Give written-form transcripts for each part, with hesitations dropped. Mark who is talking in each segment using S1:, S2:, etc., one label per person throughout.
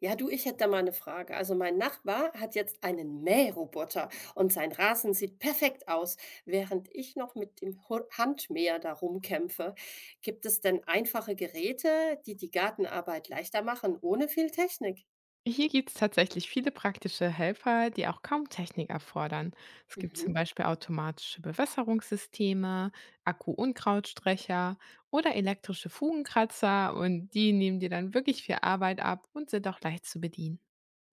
S1: Ja, du, ich hätte da mal eine Frage. Also mein Nachbar hat jetzt einen Mähroboter und sein Rasen sieht perfekt aus, während ich noch mit dem Hu Handmäher darum kämpfe. Gibt es denn einfache Geräte, die die Gartenarbeit leichter machen, ohne viel Technik?
S2: Hier gibt's tatsächlich viele praktische Helfer, die auch kaum Technik erfordern. Es gibt zum
S1: Mhm.
S2: Beispiel automatische Bewässerungssysteme, Akku-Unkrautstrecher oder elektrische Fugenkratzer, und die nehmen dir dann wirklich viel Arbeit ab und sind auch leicht zu bedienen.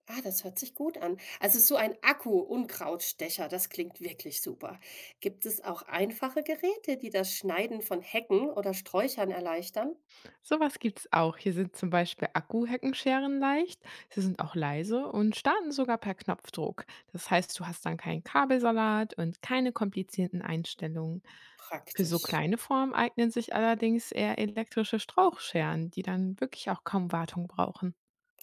S1: Ah, das hört sich gut an. Also so ein Akku-Unkrautstecher, das klingt wirklich super. Gibt es auch einfache Geräte, die das Schneiden von Hecken oder Sträuchern erleichtern?
S2: Sowas gibt's auch. Hier sind zum Beispiel Akkuheckenscheren leicht, sie sind auch leise und starten sogar per Knopfdruck. Das heißt, du hast dann keinen Kabelsalat und keine komplizierten Einstellungen. Für so
S1: Praktisch.
S2: kleine Formen eignen sich allerdings eher elektrische Strauchscheren, die dann wirklich auch kaum Wartung brauchen.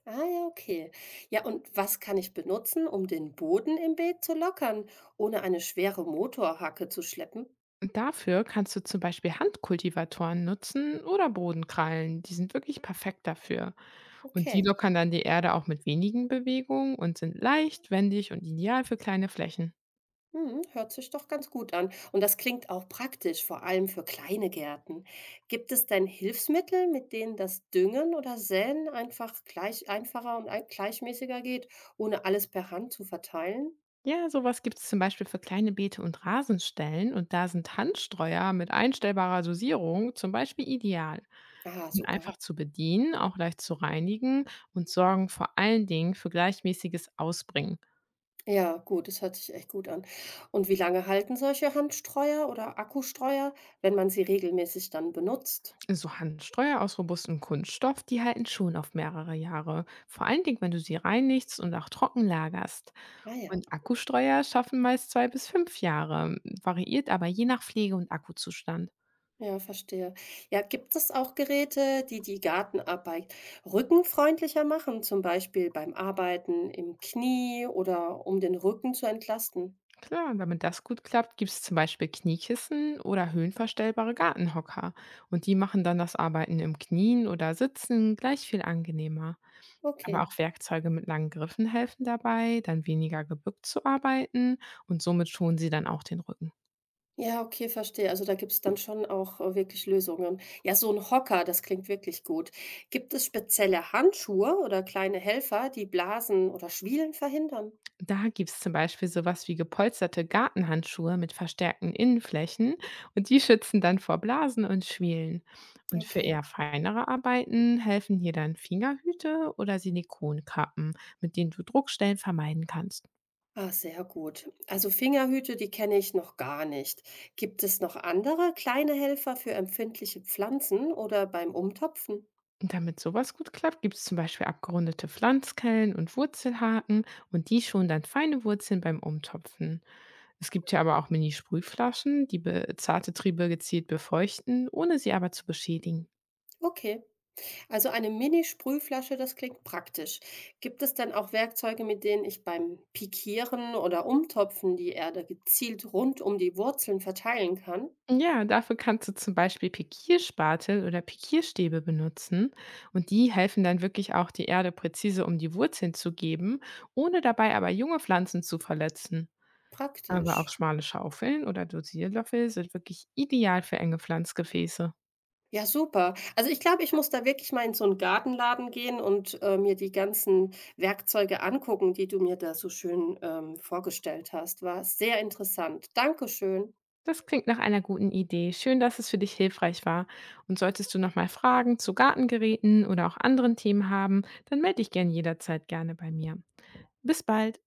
S1: Ah ja, okay. Ja, und was kann ich benutzen, um den Boden im Beet zu lockern, ohne eine schwere Motorhacke zu schleppen?
S2: Und dafür kannst du zum Beispiel Handkultivatoren nutzen oder Bodenkrallen. Die sind wirklich perfekt dafür. Und die
S1: Okay.
S2: lockern dann die Erde auch mit wenigen Bewegungen und sind leicht, wendig und ideal für kleine Flächen.
S1: Hm, hört sich doch ganz gut an. Und das klingt auch praktisch, vor allem für kleine Gärten. Gibt es denn Hilfsmittel, mit denen das Düngen oder Säen einfach gleich einfacher und gleichmäßiger geht, ohne alles per Hand zu verteilen?
S2: Ja, sowas gibt es zum Beispiel für kleine Beete und Rasenstellen, und da sind Handstreuer mit einstellbarer Dosierung zum Beispiel ideal. Die
S1: Ah,
S2: sind
S1: super.
S2: einfach zu bedienen, auch leicht zu reinigen, und sorgen vor allen Dingen für gleichmäßiges Ausbringen.
S1: Ja, gut, das hört sich echt gut an. Und wie lange halten solche Handstreuer oder Akkustreuer, wenn man sie regelmäßig dann benutzt?
S2: So Handstreuer aus robustem Kunststoff, die halten schon auf mehrere Jahre. Vor allen Dingen, wenn du sie reinigst und auch trocken lagerst.
S1: Ah ja,
S2: Und Akkustreuer schaffen meist 2 bis 5 Jahre, variiert aber je nach Pflege und Akkuzustand.
S1: ja, verstehe. Ja, gibt es auch Geräte, die die Gartenarbeit rückenfreundlicher machen, zum Beispiel beim Arbeiten im Knie oder um den Rücken zu entlasten?
S2: Klar, damit das gut klappt, gibt es zum Beispiel Kniekissen oder höhenverstellbare Gartenhocker. Und die machen dann das Arbeiten im Knien oder Sitzen gleich viel angenehmer. Aber
S1: Okay.
S2: auch Werkzeuge mit langen Griffen helfen dabei, dann weniger gebückt zu arbeiten, und somit schonen sie dann auch den Rücken.
S1: Ja, okay, verstehe. Also da gibt es dann schon auch wirklich Lösungen. Ja, so ein Hocker, das klingt wirklich gut. Gibt es spezielle Handschuhe oder kleine Helfer, die Blasen oder Schwielen verhindern?
S2: Da gibt's zum Beispiel sowas wie gepolsterte Gartenhandschuhe mit verstärkten Innenflächen, und die schützen dann vor Blasen und Schwielen. Und für
S1: Okay.
S2: eher feinere Arbeiten helfen hier dann Fingerhüte oder Silikonkappen, mit denen du Druckstellen vermeiden kannst.
S1: Ah, sehr gut. Also Fingerhüte, die kenne ich noch gar nicht. Gibt es noch andere kleine Helfer für empfindliche Pflanzen oder beim Umtopfen?
S2: Und damit sowas gut klappt, gibt's zum Beispiel abgerundete Pflanzkellen und Wurzelhaken, und die schonen dann feine Wurzeln beim Umtopfen. Es gibt ja aber auch Mini-Sprühflaschen, die zarte Triebe gezielt befeuchten, ohne sie aber zu beschädigen.
S1: Okay. Also eine Mini-Sprühflasche, das klingt praktisch. Gibt es denn auch Werkzeuge, mit denen ich beim Pikieren oder Umtopfen die Erde gezielt rund um die Wurzeln verteilen kann?
S2: Ja, dafür kannst du zum Beispiel Pikierspatel oder Pikierstäbe benutzen, und die helfen dann wirklich auch, die Erde präzise um die Wurzeln zu geben, ohne dabei aber junge Pflanzen zu verletzen. Aber auch
S1: Praktisch.
S2: schmale Schaufeln oder Dosierlöffel sind wirklich ideal für enge Pflanzgefäße.
S1: Ja, super. Also ich glaube, ich muss da wirklich mal in so einen Gartenladen gehen und mir die ganzen Werkzeuge angucken, die du mir da so schön vorgestellt hast. War sehr interessant. Dankeschön.
S2: Das klingt nach einer guten Idee. Schön, dass es für dich hilfreich war. Und solltest du nochmal Fragen zu Gartengeräten oder auch anderen Themen haben, dann melde dich gern jederzeit gerne bei mir. Bis bald!